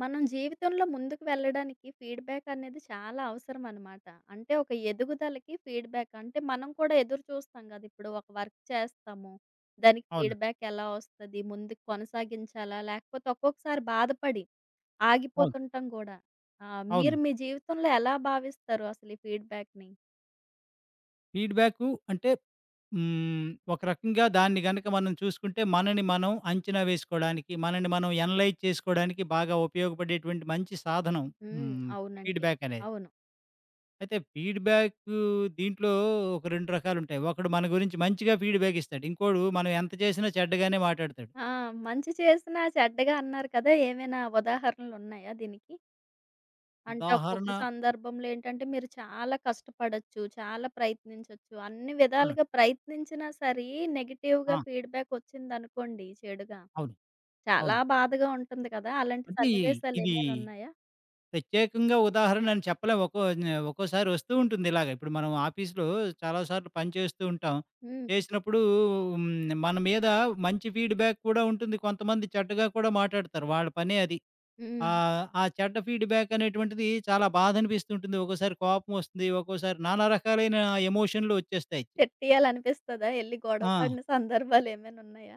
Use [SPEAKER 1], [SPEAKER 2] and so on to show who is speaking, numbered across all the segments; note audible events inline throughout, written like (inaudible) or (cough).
[SPEAKER 1] మనం జీవితంలో ముందుకు వెళ్ళడానికి ఫీడ్‌బ్యాక్ అనేది చాలా అవసరం అనమాట. అంటే ఒక ఎదుగుదలకి ఫీడ్‌బ్యాక్ అంటే మనం కూడా ఎదురు చూస్తాం కదా! ఇప్పుడు ఒక వర్క్ చేస్తాము. దానికి
[SPEAKER 2] అవును.
[SPEAKER 1] ఫీడ్‌బ్యాక్ ఎలా వస్తది? ముందుకు కొనసాగించాలా? లేకపోతే ఒక్కొక్కసారి బాధపడి
[SPEAKER 2] అవును.
[SPEAKER 1] ఆగిపోతుంటాం కూడా.
[SPEAKER 2] అవును.
[SPEAKER 1] మీరు మీ జీవితంలో ఎలా భావిస్తారు అసలు ఈ ఫీడ్‌బ్యాక్‌ని?
[SPEAKER 2] ఫీడ్‌బ్యాకు అంటే హ్మ్. ఒక రకంగా దాన్ని గనక మనం చూసుకుంటే మనని మనం అంచనా వేసుకోవడానికి, మనని మనం ఎనలైజ్ చేసుకోవడానికి బాగా ఉపయోగపడేటువంటి మంచి సాధనం
[SPEAKER 1] హ్మ్.
[SPEAKER 2] హ్మ్.
[SPEAKER 1] అవునండి.
[SPEAKER 2] ఫీడ్‌బ్యాక్ అనేది.
[SPEAKER 1] అవును.
[SPEAKER 2] అయితే ఫీడ్‌బ్యాకు దీంట్లో ఒక 2 రకాలుంటాయి. ఒకడు మన గురించి మంచిగా ఫీడ్‌బ్యాక్ ఇస్తాడు. ఇంకోడు మనం ఎంత చేసినా చెడ్డగానే మాటాడతాడు.
[SPEAKER 1] ఆ! మంచి చేసినా చెడ్డగా అన్నారు కదా! ఏమైనా ఉదాహరణలున్నాయా దీనికి? అంటే
[SPEAKER 2] ఉదాహరణ
[SPEAKER 1] ఒక్కొక్క సందర్భంలో ఏంటంటే మీరు చాలా కష్టపడొచ్చు. చాలా ప్రయత్నించొచ్చు. అన్ని
[SPEAKER 2] అవును.
[SPEAKER 1] విధాలుగా ప్రయత్నించినా సరే నెగెటివ్‌గా
[SPEAKER 2] ఆ!
[SPEAKER 1] ఫీడ్‌బ్యాక్ వచ్చిందనుకోండి చెడుగా,
[SPEAKER 2] అవును.
[SPEAKER 1] చాలా
[SPEAKER 2] అవును.
[SPEAKER 1] బాధగా ఉంటుంది కదా! అలాంటి
[SPEAKER 2] అంటే
[SPEAKER 1] సన్నివేశాలు
[SPEAKER 2] ఇది
[SPEAKER 1] ఏమైనా ఉన్నాయా?
[SPEAKER 2] ప్రత్యేకంగా ఉదాహరణ అని చెప్పలేం. ఒక్కోసారి వస్తూ ఉంటుంది ఇలాగ. ఇప్పుడు మనం ఆఫీస్‌లో చాలా సార్లు పని చేస్తూ ఉంటాం.
[SPEAKER 1] హ్మ్.
[SPEAKER 2] చేసినప్పుడు మన మీద మంచి ఫీడ్‌బ్యాక్ కూడా ఉంటుంది. కొంతమంది చెడ్డగా కూడా మాటాడతారు. వాళ్ళ పనే అది.
[SPEAKER 1] హ్మ్.
[SPEAKER 2] ఆ చెడ్డ ఫీడ్‌బ్యాక్ అనేటువంటిది చాలా బాధ అనిపిస్తూ ఉంటుంది. ఒక్కోసారి కోపం వస్తుంది. ఒక్కోసారి నానా రకాలైన ఎమోషన్‌లు వచ్చేస్తాయి.
[SPEAKER 1] తిట్టేయాలనిపిస్తదా? ఎళ్లి గొడవ
[SPEAKER 2] ఆ!
[SPEAKER 1] పడిన సందర్భాలు ఏమైనా ఉన్నాయా?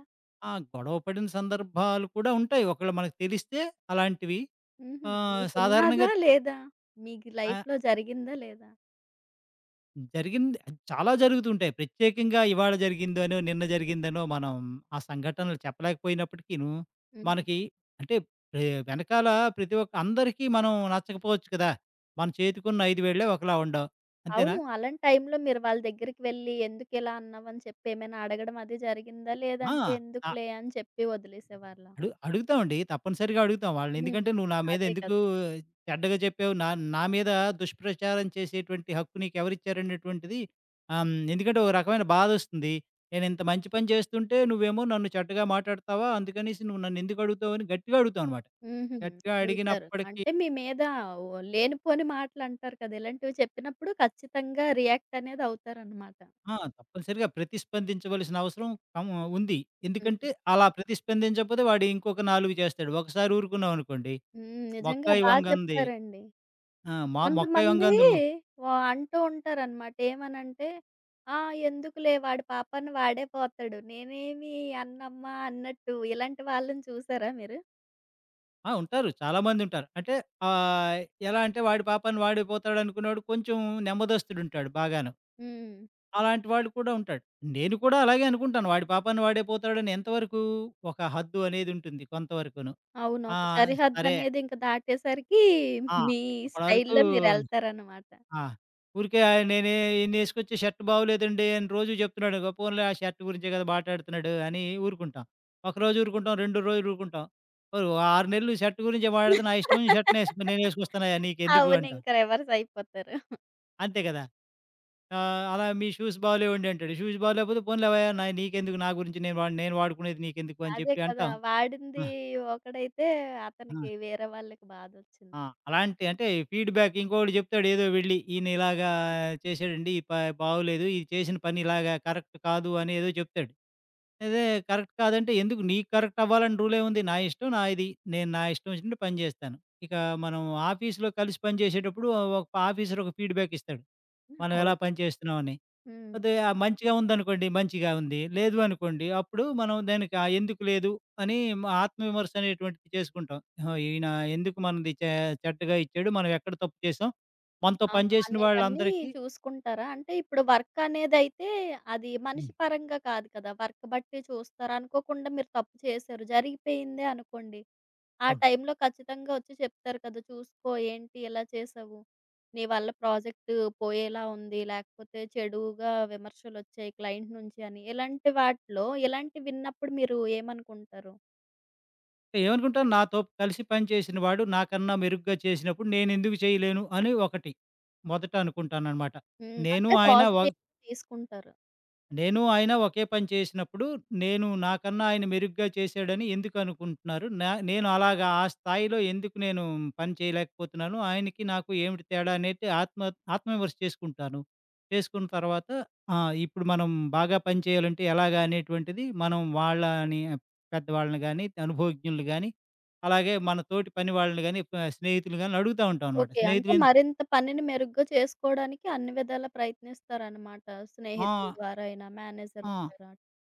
[SPEAKER 2] ఆ! గొడవ పడిన సందర్భాలు కూడా ఉంటాయి. ఒకవేళ మనకు తెలిస్తే అలాంటివి.
[SPEAKER 1] హుహు.
[SPEAKER 2] సాధారణంగా
[SPEAKER 1] మీకున్నాదా లేదా? మీ
[SPEAKER 2] ఆ!
[SPEAKER 1] లైఫ్‌లో జరిగిందా లేదా?
[SPEAKER 2] జరిగింది, అది చాలా జరుగుతుంటాయి. ప్రత్యేకంగా ఇవాళ జరిగిందనో, నిన్న జరిగిందనో మనం ఆ సంఘటనలు చెప్పలేకపోయినప్పటికీను,
[SPEAKER 1] హుహు.
[SPEAKER 2] మనకి అంటే వెనకాల ప్రతి ఒక్క అందరికీ మనం నచ్చకపోవచ్చు కదా! మన చేతికున్న 5 వేళ్ళే ఒకలా ఉండవు. అంతేనా?
[SPEAKER 1] అవును. అలాంటి టైంలో మీరు వాళ్ళ దగ్గరికి వెళ్లి ఎందుకిలా అన్నావని చెప్పి ఏమైనా అడగడం అది జరిగిందా? లేదంటే
[SPEAKER 2] ఆ!
[SPEAKER 1] ఎందుకులే అని చెప్పి వదిలేసేవాళ్ళా?
[SPEAKER 2] అడుగుతామండి. తప్పనిసరిగా అడుగుతాం వాళ్ళని.
[SPEAKER 1] హ్మ్.
[SPEAKER 2] ఎందుకంటే, "నువ్వు నా మీద
[SPEAKER 1] అదే
[SPEAKER 2] ఎందుకు
[SPEAKER 1] కదా!
[SPEAKER 2] చెడ్డగా చెప్పావు? నా నా మీద దుష్ప్రచారం చేసేటువంటి హక్కు నీకెవరిచ్చారనేటువంటిది." ఆహ్, హ్మ్. ఎందుకంటే, ఓ రకమైన బాధొస్తుంది. నేనింత మంచి పని చేస్తుంటే, నువ్వేమో నన్ను చెడ్డగా మాట్లాడతావా? అందుకనేసి నువ్వు నన్నెందుకు అడుగుతావని గట్టిగా అడుగుతామనమాట.
[SPEAKER 1] హుహు.
[SPEAKER 2] గట్టిగా
[SPEAKER 1] అడుగుతారు.
[SPEAKER 2] అడిగినప్పటికీ
[SPEAKER 1] అంటే మీ మీద ఓ లేనిపోని మాటలంటారు కదా! ఇలాంటివి చెప్పినప్పుడు ఖచ్చితంగా రియాక్ట్ అనేది అవుతారనమాట.
[SPEAKER 2] ఆ! తప్పనిసరిగా ప్రతిస్పందించవలసిన అవసరం కం ఉంది. ఎందుకంటే,
[SPEAKER 1] హ్మ్.
[SPEAKER 2] అలా ప్రతిస్పందించకపోతే వాడు ఇంకొక 4 చేస్తాడు. ఒకసారి ఊరుకున్నామనుకోండి,
[SPEAKER 1] హ్మ్. నిజంగా
[SPEAKER 2] "మొక్కాయి
[SPEAKER 1] బా
[SPEAKER 2] వంగంది."
[SPEAKER 1] చెప్పారండి.
[SPEAKER 2] ఆ! మా "మొక్కాయి
[SPEAKER 1] కొంతమంది
[SPEAKER 2] వంగంది."
[SPEAKER 1] వా అంటూ ఉంటారనమాట. ఏమనంటే, "ఆ! ఎందుకులే వాడి పాపాన వాడే పోతాడు. నేనేమి అననమ్మా" అన్నట్టు. ఇలాంటి వాళ్ళని చూసారా మీరు?
[SPEAKER 2] ఆ! ఉంటారు. చాలామందుంటారు. అంటే ఆహ్, ఎలా అంటే వాడి పాపాన వాడే పోతాడనుకున్నోడు కొంచెం నెమ్మదస్తుడుంటాడు బాగాను.
[SPEAKER 1] హ్మ్.
[SPEAKER 2] అలాంటి వాడు కూడా ఉంటాడు. నేను కూడా అలాగే అనుకుంటాను. వాడి పాపాన వాడే పోతాడని ఎంతవరకు ఒక హద్దు అనేదుంటుంది కొంతవరకును.
[SPEAKER 1] అవును.
[SPEAKER 2] ఆ!
[SPEAKER 1] ఒక
[SPEAKER 2] సరే.
[SPEAKER 1] సరిహద్దనేది ఇంక దాటేసరికి
[SPEAKER 2] ఆ!
[SPEAKER 1] మీ
[SPEAKER 2] అప్పటి వరకు
[SPEAKER 1] స్టైల్‌లో మీరెళ్తారనమాట.
[SPEAKER 2] ఆ! ఊరికే ఆయన నేనే ఈయనేసుకొచ్చే షర్ట్ బాగోలేదండి అని రోజు చెప్తున్నాడు. ఇగో, పోన్లే, ఆ షర్ట్ గురించే కదా మాట్లాడుతున్నాడు అని ఊరుకుంటాం. ఒకరోజు ఊరుకుంటాం, 2 రోజులు ఊరుకుంటాం. ఓ 6 నెలలు షర్ట్ గురించే మాట్లాడితే నా ఇష్టం వచ్చిన షర్ట్ నేసుకు నేనేసుకొస్తానయ్యా, నీకెందుకు
[SPEAKER 1] అవును.
[SPEAKER 2] అంటాం.
[SPEAKER 1] ఇంక రివర్స్ అయిపోతారు.
[SPEAKER 2] అంతే కదా! అలా మీ షూస్ బాగోలేవండి అంటాడు. షూస్ బాగోలేకపోతే పోన్లేవయ్యా నాయి, నీకెందుకు, నా గురించి నేను నేను వాడుకునేది నీకెందుకు అని
[SPEAKER 1] అదే
[SPEAKER 2] చెప్పి
[SPEAKER 1] కదా!
[SPEAKER 2] అంటాం.
[SPEAKER 1] వాడింది
[SPEAKER 2] ఆ!
[SPEAKER 1] ఒకడైతే
[SPEAKER 2] ఆ!
[SPEAKER 1] అతనికి వేరే వాళ్ళకి
[SPEAKER 2] ఆ!
[SPEAKER 1] బాధొచ్చింది.
[SPEAKER 2] అలాంటి అంటే ఫీడ్‌బ్యాక్ ఇంకోడు జెప్తాడు ఏదో వెళ్లి, "ఈయన ఇలాగా చేశాడండి. ఈ ప బాగోలేదు. ఇది చేసిన పని ఇలాగా కరెక్ట్ కాదు" అని ఏదో చెప్తాడు. అదే కరెక్ట్ కాదంటే, "ఎందుకు నీకు కరెక్ట్ అవ్వాలని రూలేముంది? నా ఇష్టం నాది. నేను నా ఇష్టం వచ్చినట్టు పని జేస్తాను." ఇక మనం ఆఫీస్‌లో కలిసి పనిజేసేటప్పుడు ఒక ఆఫీసర్ ఒక ఫీడ్‌బ్యాక్ ఇస్తాడు మనం ఎలా
[SPEAKER 1] అవును.
[SPEAKER 2] పని చేస్తున్నామని.
[SPEAKER 1] హ్మ్.
[SPEAKER 2] అదే ఆ! మంచిగా ఉందనుకోండి, మంచిగా ఉంది. లేదు అనుకోండి, అప్పుడు మనం దానికి ఆ ఎందుకు లేదు అని మా ఆత్మవిమర్శ అనేటువంటిది చేసుకుంటాం. ఆహా! ఈయన ఎందుకు మనది చెడ్డగా ఇచ్చాడు, మనం ఎక్కడ తప్పు చేసాం, మనతో
[SPEAKER 1] ఆహా!
[SPEAKER 2] పనిచేసిన
[SPEAKER 1] అనేవన్నీ
[SPEAKER 2] వాళ్ళందరికీ.
[SPEAKER 1] చూసుకుంటారా? అంటే ఇప్పుడు వర్కనేదైతే అది మనిషి
[SPEAKER 2] హ్మ్.
[SPEAKER 1] పరంగా కాదు కదా! వర్క్ బట్టి చూస్తారు. అనుకోకుండా మీరు తప్పు చేశారు, జరిగిపోయిందే అనుకోండి. ఆ
[SPEAKER 2] అవును.
[SPEAKER 1] టైంలో ఖచ్చితంగా ఒచ్చి చెప్తారు కదా! చూసుకో ఏంటి ఇలా చేశావు? నీ వల్ల ప్రాజెక్ట్ పోయేలా ఉంది. లేకపోతే చెడుగా విమర్శలొచ్చాయి క్లయింట్ నుంచి అని. ఇలాంటి వాటిలో ఇలాంటివి విన్నప్పుడు మీరు ఏమనుకుంటారు?
[SPEAKER 2] ఏమనుకుంటాను, నాతో కలిసి పనిచేసిన వాడు నాకన్నా మెరుగ్గా చేసినప్పుడు నేనెందుకు చేయలేను అని ఒకటి మొదట అనుకుంటాననమాట.
[SPEAKER 1] హ్మ్.
[SPEAKER 2] నేను
[SPEAKER 1] అంటే
[SPEAKER 2] ఆయన ఒ
[SPEAKER 1] పాజిటివ్‌గా తీసుకుంటారు.
[SPEAKER 2] నేను, ఆయన ఒకే పని చేసినప్పుడు, నేను నాకన్నా ఆయన మెరుగ్గా చేశాడని ఎందుకు అనుకుంటున్నారు? నేను అలాగా ఆ స్థాయిలో ఎందుకు నేను పని చేయలేకపోతున్నాను? ఆయనకి నాకు ఏమిటి తేడా అనేది ఆత్మవిమర్శ చేసుకుంటాను. చేసుకున్న తర్వాత ఆ! ఇప్పుడు మనం బాగా పని చేయాలంటే ఎలాగా అనేటువంటిది మనం వాళ్ళని పెద్దవాళ్ళని గానీ, అనుభవజ్ఞుల్ని గానీ, అలాగే మన తోటి పని వాళ్ళని గానీ, స్నేహితులు గాని అడుగుతా ఉంటాం అనమాట.
[SPEAKER 1] ఓకే. అంటే
[SPEAKER 2] స్నేహితులేం
[SPEAKER 1] మరింత పనిని మెరుగ్గా చేసుకోవడానికి అన్ని విధాలా ప్రయత్నిస్తారనమాట.
[SPEAKER 2] ఆ!
[SPEAKER 1] స్నేహితుల ద్వారా అయినా, మేనేజర్
[SPEAKER 2] ఆ!
[SPEAKER 1] ద్వారా.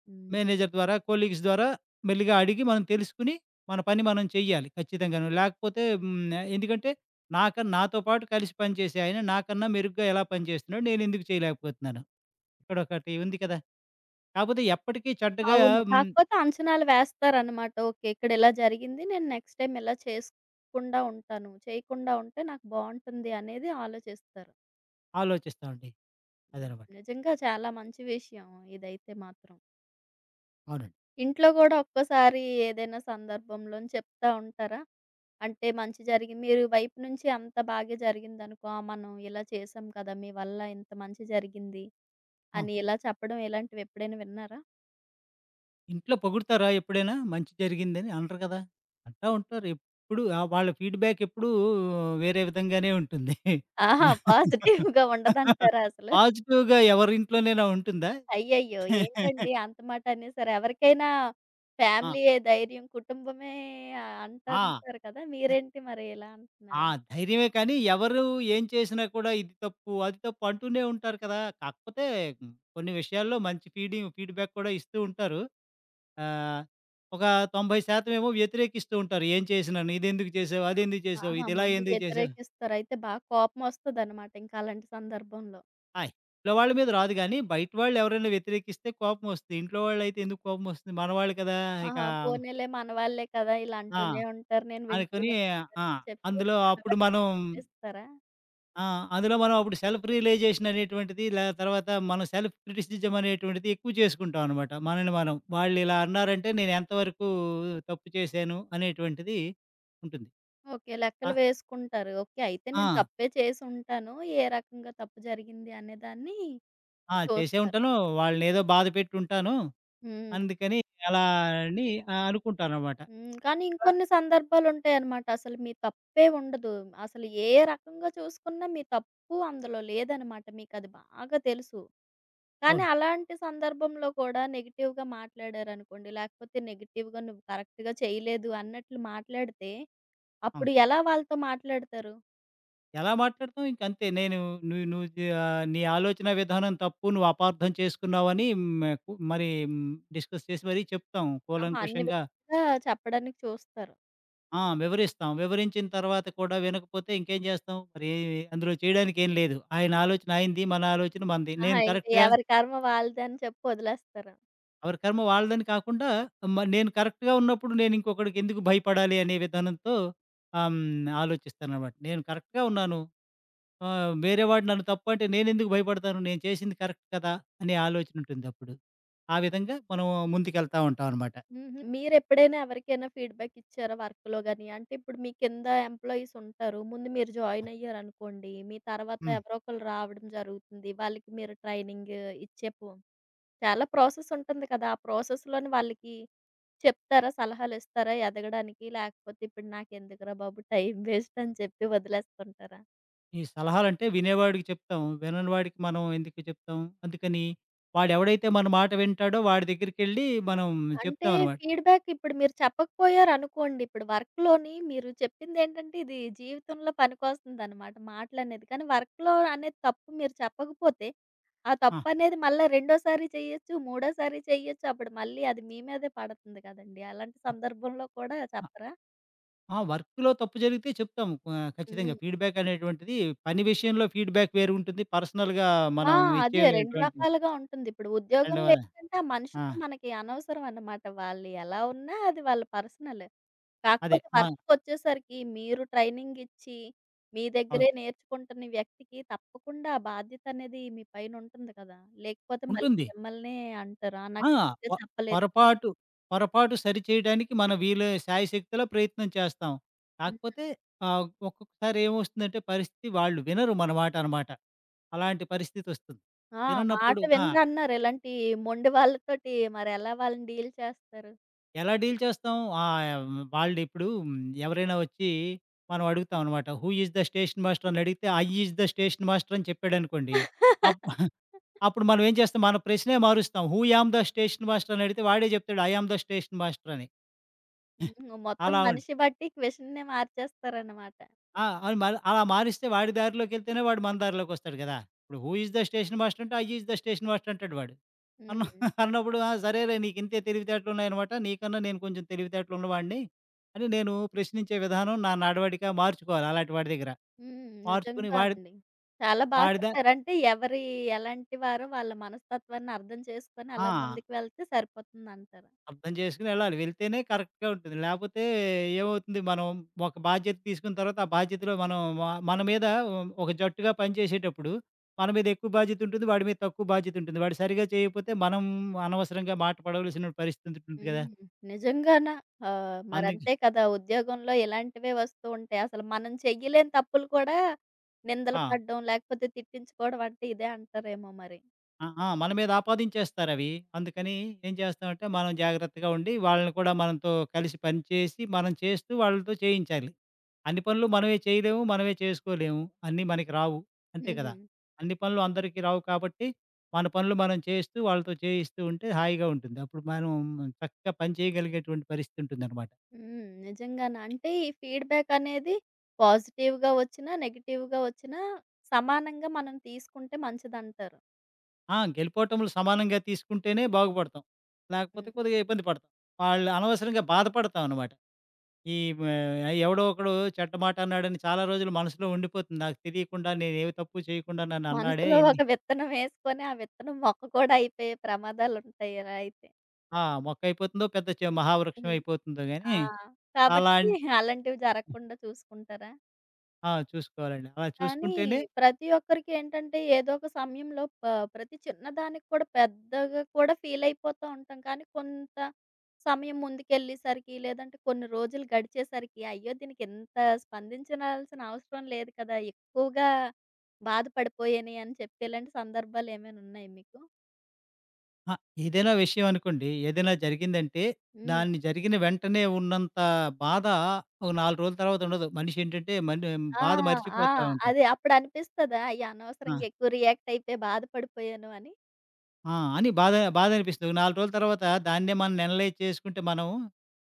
[SPEAKER 1] హ్మ్.
[SPEAKER 2] మేనేజర్ ద్వారా, కొలీగ్స్ ద్వారా మెల్లిగా అడిగి మనం తెలుసుకొని, మన పని మనం చెయ్యాలి ఖచ్చితంగాను. లేకపోతే ఎందుకంటే నాతో పాటు కలిసి పనిచేసే ఆయన నాకన్నా మెరుగ్గా ఎలా పనిచేస్తున్నాడో నేనెందుకు చేయలేకపోతున్నాను. ఇక్కడొకటి ఉంది కదా! కాకపోతే ఎప్పటికీ చెడ్డగా
[SPEAKER 1] అవును.
[SPEAKER 2] హ్మ్,
[SPEAKER 1] కాకపోతే అంచనాలు వేస్తారనమాట. ఓకే. ఇక్కడ ఇలా జరిగింది. నేను నెక్స్ట్ టైమ్ ఇలా చేసుకుండా ఉంటాను. చేయకుండా ఉంటే నాకు బావుంటుంది అనేది ఆలోచిస్తారు.
[SPEAKER 2] ఆలోచిస్తామండి.
[SPEAKER 1] హ్మ్.
[SPEAKER 2] అదనమాట.
[SPEAKER 1] నిజంగా చాలా మంచి విషయం ఇదైతే మాత్రం.
[SPEAKER 2] అవునండి.
[SPEAKER 1] ఇంట్లో గూడా ఒక్కోసారి ఏదైనా సందర్భంలోని చెప్తా ఉంటారా? అంటే మంచి జరిగి మీరు వైపు నుంచి అంత బాగా జరిగిందనుకో, "ఆ! మనం ఇలా చేసాం కదా! మీ వల్ల ఇంత మంచి జరిగింది"
[SPEAKER 2] ఆ!
[SPEAKER 1] అని ఇలా చెప్పడం ఇలాంటివి ఎప్పుడైనా విన్నారా?
[SPEAKER 2] ఇంట్లో పొగుడుతారా ఎప్పుడైనా? మంచి జరిగిందని అనరు కదా! అంటా ఉంటారు. ఎప్పుడు వాళ్ళ ఫీడ్‌బ్యాక్ ఎప్పుడూ వేరే విధంగానే ఉంటుంది. మ
[SPEAKER 1] ఆహా! పాజిటివ్‌గా ఉండదంటారా అసలు?
[SPEAKER 2] పాజిటివ్‌గా ఎవరింట్లోనైనా ఉంటుందా?
[SPEAKER 1] అయ్యయ్యో! ఏంటండి అంత మాట అనేసారు? ఎవరికైనా
[SPEAKER 2] ఆ!
[SPEAKER 1] ఫ్యామిలీయే ధైర్యం, కుటుంబమే
[SPEAKER 2] ఆ!
[SPEAKER 1] అంటుంటారు కదా! మీరేంటి మరి ఇలా
[SPEAKER 2] ఆ!
[SPEAKER 1] అంటున్నారు?
[SPEAKER 2] ధైర్యమే కానీ ఎవరు ఏం చేసినా కూడా ఇది తప్పు, అది తప్పు అంటూనే ఉంటారు కదా! కాకపోతే కొన్ని విషయాల్లో మంచి ఫీడ్‌బ్యాక్ కూడా ఇస్తూ ఉంటారు. ఆహ్, ఒక 90% ఏమో వ్యతిరేకిస్తూ ఉంటారు. ఏం చేసినాను, ఇదెందుకు చేసావు, అదెందుకు చేసావు,
[SPEAKER 1] ఆహా!
[SPEAKER 2] ఇదిలా
[SPEAKER 1] ముందు
[SPEAKER 2] ఎందుకు చేసావు.
[SPEAKER 1] వ్యతిరేకిస్తారు. అయితే బాగా కోపమొస్తదనమాట ఇంకా అలాంటి సందర్భంలో.
[SPEAKER 2] ఆ! ఇంట్లో వాళ్ళ మీద రాదు గానీ, బయట వాళ్ళు ఎవరైనా వ్యతిరేకిస్తే కోపమొస్తది. ఇంట్లో వాళ్ళైతే ఎందుకు కోపమొస్తుంది, మనవాళ్ళు కదా! ఇక
[SPEAKER 1] ఆహా! పోనీలే మనవాళ్ళే కదా! ఇలా
[SPEAKER 2] ఆ!
[SPEAKER 1] అంటూనే ఉంటారు. నేను
[SPEAKER 2] అనుకోని
[SPEAKER 1] వింటూనే
[SPEAKER 2] ఆ!
[SPEAKER 1] అని చెప్పి
[SPEAKER 2] అందులో అప్పుడు
[SPEAKER 1] అలవాటు
[SPEAKER 2] మనం
[SPEAKER 1] మీద వదిలేస్తారా?
[SPEAKER 2] ఆ! అందులో మనం అప్పుడు సెల్ఫ్ రియలైజేషన్ అనేటువంటిది, తర్వాత మనం సెల్ఫ్ క్రిటిసిజం అనేటువంటిది ఎక్కువ చేసుకుంటాం అనమాట. మనల్ని మనం. వాళ్ళిలా అన్నారంటే, నేను ఎంతవరకు తప్పు చేశాను అనేటువంటిది ఉంటుంది.
[SPEAKER 1] ఓకే.
[SPEAKER 2] ఆ!
[SPEAKER 1] లెక్కలు వేసుకుంటారు. ఓకే. అయితే
[SPEAKER 2] ఆ!
[SPEAKER 1] నేను తప్పే చేసుంటాను. ఏ రకంగా తప్పు జరిగింది అనేదాన్ని
[SPEAKER 2] ఆ! చేసే
[SPEAKER 1] చూస్తారు.
[SPEAKER 2] ఉంటాను. వాళ్ళనేదో బాధ పెట్టుంటాను.
[SPEAKER 1] హ్మ్.
[SPEAKER 2] అందుకని అలా అని అనుకుంటాననమాట.
[SPEAKER 1] హ్మ్. కానీ ఇంకొన్ని సందర్భాలుంటాయన్నమాట. అసలు మీ తప్పే ఉండదు. అసలు ఏ రకంగా చూసుకున్నా మీ తప్పు అందులో లేదనమాట. మీకది బాగా తెలుసు. కానీ
[SPEAKER 2] అవును.
[SPEAKER 1] అలాంటి సందర్భంలో కూడా నెగెటివ్‌గా మాట్లాడారనుకోండి, లేకపోతే నెగెటివ్‌గా నువ్వు కరెక్ట్‌గా చేయలేదు అన్నట్లు మాట్లాడితే,
[SPEAKER 2] ఆ!
[SPEAKER 1] అప్పుడు ఎలా వాళ్ళతో మాట్లాడతారు?
[SPEAKER 2] ఎలా మాట్లాడతాం ఇంకంతే, నేను నువ్వు నువ్వు జ నీ ఆలోచన విధానం తప్పు. నువ్వు అపార్థం చేసుకున్నావని హ్మ్, కు మరి హ్మ్, డిస్కస్ చేసి మరీ చెప్తాం
[SPEAKER 1] ఆహా! అన్ని
[SPEAKER 2] కూలంకుషంగా.
[SPEAKER 1] విధాలుగా చెప్పడానికి చూస్తారు.
[SPEAKER 2] ఆ! వివరిస్తాం. వివరించిన తర్వాత కూడా వినకపోతే ఇంకేం చేస్తాం? మరి అందులో చేయడానికేం లేదు. ఆయన ఆలోచన ఆయనది. మన ఆలోచన మనది.
[SPEAKER 1] ఆహా!
[SPEAKER 2] నేను
[SPEAKER 1] ఇంక
[SPEAKER 2] కరెక్ట్‌గా.
[SPEAKER 1] ఎవరి కర్మ వాళ్ళదని చెప్పి వదిలేస్తారా?
[SPEAKER 2] ఎవరి కర్మ వాళ్ళదని కాకుండా నేను కరెక్ట్‌గా ఉన్నప్పుడు నేనింకొకడికి ఎందుకు భయపడాలి అనే విధానంతో ఆలోచిస్తాననమాట. నేను కరెక్ట్‌గా ఉన్నాను. వేరే వాడు నన్ను తప్పు అంటే నేనెందుకు భయపడతాను? నేను చేసింది కరెక్ట్ కదా! అనే ఆలోచనుంటుందప్పుడు. ఆ విధంగా మనం ముందుకెళ్తా ఉంటామనమాట.
[SPEAKER 1] హుహు. మీరెప్పుడైనా ఎవరికైనా ఫీడ్‌బ్యాక్ ఇచ్చారా వర్క్‌లో గాని? అంటే ఇప్పుడు మీ కింద ఎంప్లాయీస్ ఉంటారు. ముందు మీరు జాయిన్ అయ్యారనుకోండి. మీ తర్వాత
[SPEAKER 2] హ్మ్.
[SPEAKER 1] ఎవరో ఒకళ్ళు రావడం జరుగుతుంది. వాళ్ళకి మీరు ట్రైనింగ్ ఇచ్చే పో చాలా ప్రాసెస్ ఉంటుంది కదా! ఆ ప్రాసెస్‌లోని వాళ్ళకి చెప్తారా? సలహాలిస్తారా ఎదగడానికి? లేకపోతే ఇప్పుడు నాకెందుకురా బాబు టైం వేస్ట్ అని చెప్పి వదిలేస్తుంటారా?
[SPEAKER 2] ఈ సలహాలంటే వినేవాడికి చెప్తాం. వినని వాడికి మనం ఎందుకు చెప్తాం? అందుకని వాడెవడైతే మన మాట వింటాడో వాడి దగ్గరికెళ్ళి మనం
[SPEAKER 1] అంటే
[SPEAKER 2] చెప్తామనమాట.
[SPEAKER 1] ఫీడ్‌బ్యాక్ ఇప్పుడు మీరు చెప్పకపోయారనుకోండి, ఇప్పుడు వర్క్‌లోని మీరు చెప్పిందేంటంటే ఇది జీవితంలో పనికొస్తుందనమాట మాటలనేది. కానీ వర్క్‌లో అనే తప్పు మీరు చెప్పకపోతే, ఆ
[SPEAKER 2] ఆ!
[SPEAKER 1] తప్పనేది మళ్ళా రెండోసారి చెయ్యొచ్చు, మూడోసారి చెయ్యొచ్చు. అప్పుడు మళ్ళీ అది మీ మీదే పడుతుంది కదండీ! అలాంటి సందర్భంలో కూడా
[SPEAKER 2] ఆ!
[SPEAKER 1] చెప్పరా?
[SPEAKER 2] ఆ! వర్క్‌లో తప్పు జరిగితే చెప్తాము. ఖచ్చితంగా
[SPEAKER 1] హ్మ్.
[SPEAKER 2] ఫీడ్‌బ్యాక్ అనేటువంటిది పని విషయంలో ఫీడ్‌బ్యాక్ వేరుంటుంది. పర్సనల్‌గా
[SPEAKER 1] ఆ!
[SPEAKER 2] మనం
[SPEAKER 1] అదే 2
[SPEAKER 2] ఇచ్చేటువంటి
[SPEAKER 1] రకాలుగా ఉంటుంది. ఇప్పుడు
[SPEAKER 2] రెండవ
[SPEAKER 1] ఉద్యోగంలో ఏంటంటే ఆ
[SPEAKER 2] ఆ!
[SPEAKER 1] మనిషితో మనకి అనవసరం అనమాట. వాళ్ళు ఎలా ఉన్నా అది వాళ్ళ పర్సనలే.
[SPEAKER 2] అదే
[SPEAKER 1] కాకపోతే
[SPEAKER 2] మా
[SPEAKER 1] వర్క్‌కొచ్చేసరికి మీరు ట్రైనింగ్ ఇచ్చి, మీ
[SPEAKER 2] అవును.
[SPEAKER 1] దగ్గరే నేర్చుకుంటున్న వ్యక్తికి తప్పకుండా ఆ బాధ్యత అనేది మీ పైన ఉంటుంది కదా! లేకపోతే మళ్ళీ
[SPEAKER 2] ఉంటుంది.
[SPEAKER 1] మిమ్మల్నే అంటారు. "ఆ!
[SPEAKER 2] ఆ!
[SPEAKER 1] నాకు సరిగ్గా
[SPEAKER 2] పొ
[SPEAKER 1] చెప్పలేదు."
[SPEAKER 2] పొరపాటు, పొరపాటు సరిచేయడానికి మనం వీలు శాయశక్తులా ప్రయత్నం చేస్తాం.
[SPEAKER 1] హ్మ్.
[SPEAKER 2] కాకపోతే ఒక్కొక్కసారి ఏమొస్తుందంటే, పరిస్థితి వాళ్ళు వినరు మన మాట అన్నమాట. అలాంటి పరిస్థితొస్తుంది.
[SPEAKER 1] ఆ! మాట
[SPEAKER 2] విననప్పుడు ఆ!
[SPEAKER 1] వినరన్నారు. ఇలాంటి మొండి వాళ్ళతోటి మరెలా వాళ్ళని డీల్ చేస్తారు?
[SPEAKER 2] ఎలా డీల్ చేస్తాం? ఆహ్, వాళ్ళిప్పుడు ఎవరైనా వచ్చి మనం అడుగుతాం అనమాట. Who is the station master అని అడిగితే, I is the station master అని చెప్పాడనుకోండి. అప్
[SPEAKER 1] (laughs)
[SPEAKER 2] (laughs) అప్పుడు మనం ఏం చేస్తాం? మన ప్రశ్నే మారుస్తాం. Who am the station master అని అడిగితే వాడే చెప్తాడు I am the station master అని. (laughs)
[SPEAKER 1] హ్మ్. మొత్తం
[SPEAKER 2] అలా ఉం
[SPEAKER 1] మనిషి బట్టి క్వెషన్‌నే మార్చేస్తారనమాట.
[SPEAKER 2] ఆ! అవును. మరి అలా మారిస్తే వాడి దారిలోకెళ్తేనే వాడు మన దారిలోకొస్తాడు గదా! ఇప్పుడు who is the station master అంటే I is the station master అంటాడు వాడు. అన్న
[SPEAKER 1] హ్మ్.
[SPEAKER 2] (laughs) అన్నప్పుడు ఆ! సరేలే, నీకింతే తెలివితేటలున్నాయనమాట. నీకన్నా నేను కొంచెం తెలివితేటలున్నవాడిని అని నేను ప్రశ్నించే విధానం, నా నడవడిక మార్చుకోవాలి అలాంటి వాడి దగ్గర.
[SPEAKER 1] హ్మ్.
[SPEAKER 2] మార్చుకొని
[SPEAKER 1] నిజంగా
[SPEAKER 2] వాడి
[SPEAKER 1] అండి. చాలా బాగా
[SPEAKER 2] వాడిద
[SPEAKER 1] చెప్పారు. అంటే ఎవరి ఎలాంటి వారో వాళ్ళ మనస్తత్వాన్ని అర్థం చేసుకొని
[SPEAKER 2] ఆ!
[SPEAKER 1] అలా ముందుకు వెళ్తే సరిపోతుందంటారు.
[SPEAKER 2] అర్థం చేసుకొని వెళ్ళాలి. వెళ్తేనే కరెక్ట్‌గా ఉంటుంది. లేపోతే ఏమవుతుంది, మనం ఒక బాధ్యత తీసుకున్న తర్వాత ఆ బాధ్యతలో మనం మన మీద ఒక జట్టుగా పనిచేసేటప్పుడు మన మీద ఎక్కువ బాధ్యత ఉంటుంది. వాడి మీద తక్కువ బాధ్యత ఉంటుంది. వాడు సరిగ్గా చేయకపోతే మనం అనవసరంగా మాట పడవలసిన పరిస్థితి ఉంటుంది కదా!
[SPEAKER 1] హ్మ్. నిజంగానా?
[SPEAKER 2] అందుకే
[SPEAKER 1] మరంతే కదా! ఉద్యోగంలో ఇలాంటివే వస్తూ ఉంటాయి. అసలు మనం చెయ్యలేని తప్పులు కూడా నిందలు
[SPEAKER 2] ఆ!
[SPEAKER 1] పడడం, లేకపోతే తిట్టించుకోవడం అంటే ఇదే అంటారేమో మరి.
[SPEAKER 2] ఆ! ఆ! మన మీద ఆపాదించేస్తారవి. అందుకని ఏం చేస్తామంటే, మనం జాగ్రత్తగా ఉండి, వాళ్ళని కూడా మనతో కలిసి పనిచేసి, మనం చేస్తూ వాళ్ళతో చేయించాలి. అన్ని పనులు మనమే చేయలేము, మనమే చేసుకోలేము. అన్నీ మనకి రావు. అంతే కదా!
[SPEAKER 1] హ్మ్.
[SPEAKER 2] అన్ని పనులు అందరికీ రావు కాబట్టి, మన పనులు మనం చేస్తూ, వాళ్ళతో చేయిస్తూ ఉంటే హాయిగా ఉంటుంది. అప్పుడు మనం చక్కగా పని చేయగలిగేటువంటి పరిస్థితి ఉంటుందనమాట.
[SPEAKER 1] హ్మ్. నిజంగానే. అంటే ఈ ఫీడ్‌బ్యాక్ అనేది పాజిటివ్‌గా వచ్చినా, నెగెటివ్‌గా వచ్చినా సమానంగా మనం తీసుకుంటే మంచిదంటారు.
[SPEAKER 2] ఆ! గెలుపోటములు సమానంగా తీసుకుంటేనే బాగుపడతాం. లేకపోతే
[SPEAKER 1] హ్మ్.
[SPEAKER 2] కొద్దిగా ఇబ్బంది పడతాం. వాళ్ళు అనవసరంగా బాధపడతాం అనమాట. ఈ మ ఎవడో ఒకడు చెడ్డ మాట అన్నాడని చాలా రోజులు మనసులో ఉండిపోతుంది. నాకు తెలియకుండా నేనేమి తప్పు చేయకుండా నన్ను అన్నాడే
[SPEAKER 1] మనసులో
[SPEAKER 2] ఎన్ని.
[SPEAKER 1] ఒక విత్తనం వేసుకొని, ఆ విత్తనం మొక్క కూడా అయిపోయే ప్రమాదాలుంటాయి ఇలా అయితే.
[SPEAKER 2] ఆ! మొక్కయిపోతుందో పెద్ద మహావృక్షం
[SPEAKER 1] హ్మ్.
[SPEAKER 2] అయిపోతుందో గానీ.
[SPEAKER 1] ఆ!
[SPEAKER 2] అలాం
[SPEAKER 1] కాబట్టి అలాంటివి జరగకుండా చూసుకుంటారా?
[SPEAKER 2] ఆ! చూసుకోవాలండి. అలా
[SPEAKER 1] కానీ
[SPEAKER 2] చూసుకుంటేనే
[SPEAKER 1] ప్రతి ఒక్కరికి ఏంటంటే, ఏదో ఒక సమయంలో ప్రతి చిన్నదానికి కూడా పెద్దగా కూడా ఫీలయిపోతా ఉంటాం. కానీ కొంత సమయం ముందుకెళ్ళేసరికి, లేదంటే కొన్ని రోజులు గడిచేసరికి, అయ్యో! దీనికి ఇంత స్పందించాల్సిన అవసరం లేదు కదా! ఎక్కువగా బాధపడిపోయాను అని చెప్పి ఇలాంటి సందర్భాలేమైనా ఉన్నాయా మీకు?
[SPEAKER 2] ఆ! ఏదైనా విషయం అనుకోండి, ఏదైనా జరిగిందంటే
[SPEAKER 1] హ్మ్.
[SPEAKER 2] దాన్ని జరిగిన వెంటనే ఉన్నంత బాధ ఒక 4 రోజుల తర్వాత ఉండదు. మనిషేంటంటే,
[SPEAKER 1] ఆ!
[SPEAKER 2] బాధ
[SPEAKER 1] ఆ!
[SPEAKER 2] మర్చిపోతా ఉంటాడు.
[SPEAKER 1] అదే అప్పుడనిపిస్తదా? అయ్య!
[SPEAKER 2] ఆ!
[SPEAKER 1] అనవసరంగా ఎక్కువ రియాక్ట్ అయిపోయి బాధపడిపోయాను అని.
[SPEAKER 2] ఆ! అని బాధనిపిస్తది. 4 రోజుల తర్వాత దాన్నే మనం అనలైజ్ చేసుకుంటే మనం,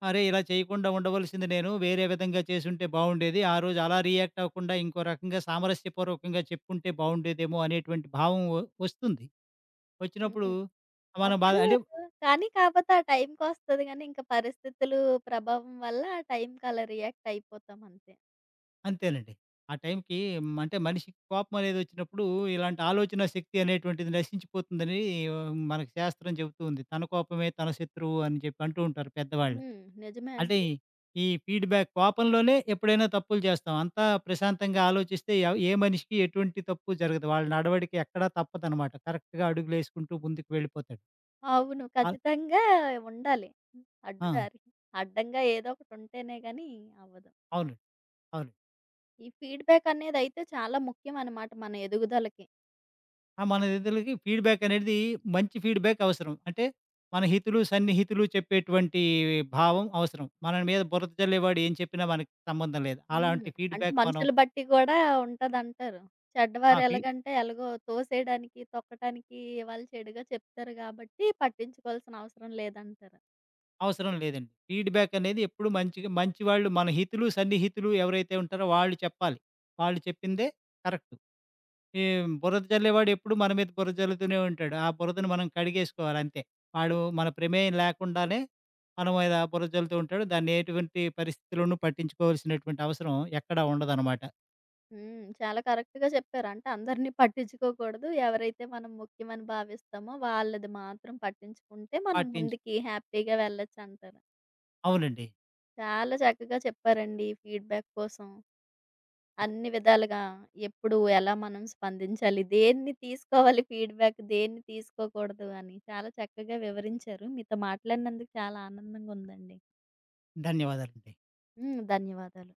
[SPEAKER 2] అరే! ఇలా చేయకుండా ఉండవలసింది నేను. వేరే విధంగా చేసుంటే బావుండేది. ఆ రోజు అలా రియాక్ట్ అవ్వకుండా ఇంకో రకంగా సామరస్యపూర్వకంగా చెప్పుకుంటే బావుండేదేమో అనేటువంటి భావం వస్తుంది. వచ్చినప్పుడు
[SPEAKER 1] హ్మ్.
[SPEAKER 2] మనం బాధ
[SPEAKER 1] అప్పుడు
[SPEAKER 2] అంటే
[SPEAKER 1] కానీ కాపోతే ఆ టైంకొస్తది గానీ, ఇంక పరిస్థితులు ప్రభావం వల్ల ఆ టైంకి అలా రియాక్ట్ అయిపోతాం అంతే.
[SPEAKER 2] అంతేనండి. ఆ టైంకి అంటే మనిషికి కోపమనేదొచ్చినప్పుడు ఇలాంటి ఆలోచనా శక్తి అనేటువంటిది నశించిపోతుందని ఆ, మనకు శాస్త్రం చెబుతూ ఉంది. తన కోపమే తన శత్రువు అని చెప్పి అంటూ ఉంటారు పెద్దవాళ్ళు.
[SPEAKER 1] హ్మ్. నిజమే
[SPEAKER 2] అంటే
[SPEAKER 1] అండి.
[SPEAKER 2] ఈ ఫీడ్‌బ్యాక్ కోపంలోనే ఎప్పుడైనా తప్పులు చేస్తాం. అంతా ప్రశాంతంగా ఆలోచిస్తే ఏ మనిషికి ఎటువంటి తప్పు జరగదు. వాళ్ళ నడవడిక ఎక్కడా తప్పదనమాట. కరెక్ట్‌గా అడుగులేసుకుంటూ ముందుకు వెళ్ళిపోతాడు.
[SPEAKER 1] అవును.
[SPEAKER 2] అల్
[SPEAKER 1] ఖచ్చితంగా ఉండాలి.
[SPEAKER 2] ఆ!
[SPEAKER 1] అడ్డుదారి. అడ్డంగా ఏదో ఒకటుంటేనే గానీ అవ్వదు.
[SPEAKER 2] అవునండి. అవునండి.
[SPEAKER 1] ఈ ఫీడ్‌బ్యాక్ అనేదైతే చాలా ముఖ్యం అన్నమాట మన ఎదుగుదలకి.
[SPEAKER 2] ఆ! మన ఇతరులకి ఫీడ్‌బ్యాక్ అనేది మంచి ఫీడ్‌బ్యాక్ అవసరం. అంటే మన హితులు, సన్నిహితులు చెప్పేటువంటి భావం అవసరం. మన మీద బురద జల్లేవాడు ఏం చెప్పినా మనకి సంబంధం లేదు. అలాంటి
[SPEAKER 1] హ్మ్. అంటే
[SPEAKER 2] ఫీడ్‌బ్యాక్ మనం.
[SPEAKER 1] మనుషులు బట్టి గూడా ఉంటదంటారు.
[SPEAKER 2] ఆ!
[SPEAKER 1] చెడ్డవారు ఎలాగంటే ఎలాగో తోసేయడానికి, తొక్కటానికి వాళ్ళు చెడుగా చెప్తారు గాబట్టి పట్టించుకోవాల్సిన అవసరం లేదంటారు.
[SPEAKER 2] అవసరం లేదండి. ఫీడ్‌బ్యాక్ అనేది ఎప్పుడు మంచిగా, మంచి వాళ్ళు, మన హితులు, సన్నిహితులు ఎవరైతే ఉంటారో వాళ్ళు చెప్పాలి. వాళ్ళు చెప్పిందే కరెక్ట్. ఈ బురద జల్లేవాడు ఎప్పుడు మన మీద బురద జల్లుతూనే ఉంటాడు. ఆ బురదను మనం కడిగేసుకోవాలి అంతే. వాడు మన ప్రమేయం లేకుండానే మన మీద బురద జల్లుతూ ఉంటాడు. దాన్ని ఎటువంటి పరిస్థితుల్లోనూ పట్టించుకోవాల్సినటువంటి అవసరం ఎక్కడా ఉండదనమాట.
[SPEAKER 1] హ్మ్. చాలా కరెక్ట్‌గా చెప్పారు. అంటే అందరిని పట్టించుకోకూడదు. ఎవరైతే మనం ముఖ్యమని భావిస్తామో వాళ్ళది మాత్రం పట్టించుకుంటే మనం
[SPEAKER 2] పాటించు
[SPEAKER 1] ముందుకి హ్యాపీగా వెళ్ళొచ్చంటారు.
[SPEAKER 2] అవునండి.
[SPEAKER 1] చాలా చక్కగా చెప్పారండి ఈ ఫీడ్‌బ్యాక్ కోసం. అన్ని విధాలుగా ఎప్పుడు, ఎలా మనం స్పందించాలి, దేన్ని తీసుకోవాలి ఫీడ్‌బ్యాక్, దేన్ని తీసుకోకూడదు అని చాలా చక్కగా వివరించారు. మీతో మాట్లాడినందుకు చాలా ఆనందంగా ఉందండి.
[SPEAKER 2] ధన్యవాదాలండి.
[SPEAKER 1] హ్మ్. ధన్యవాదాలు.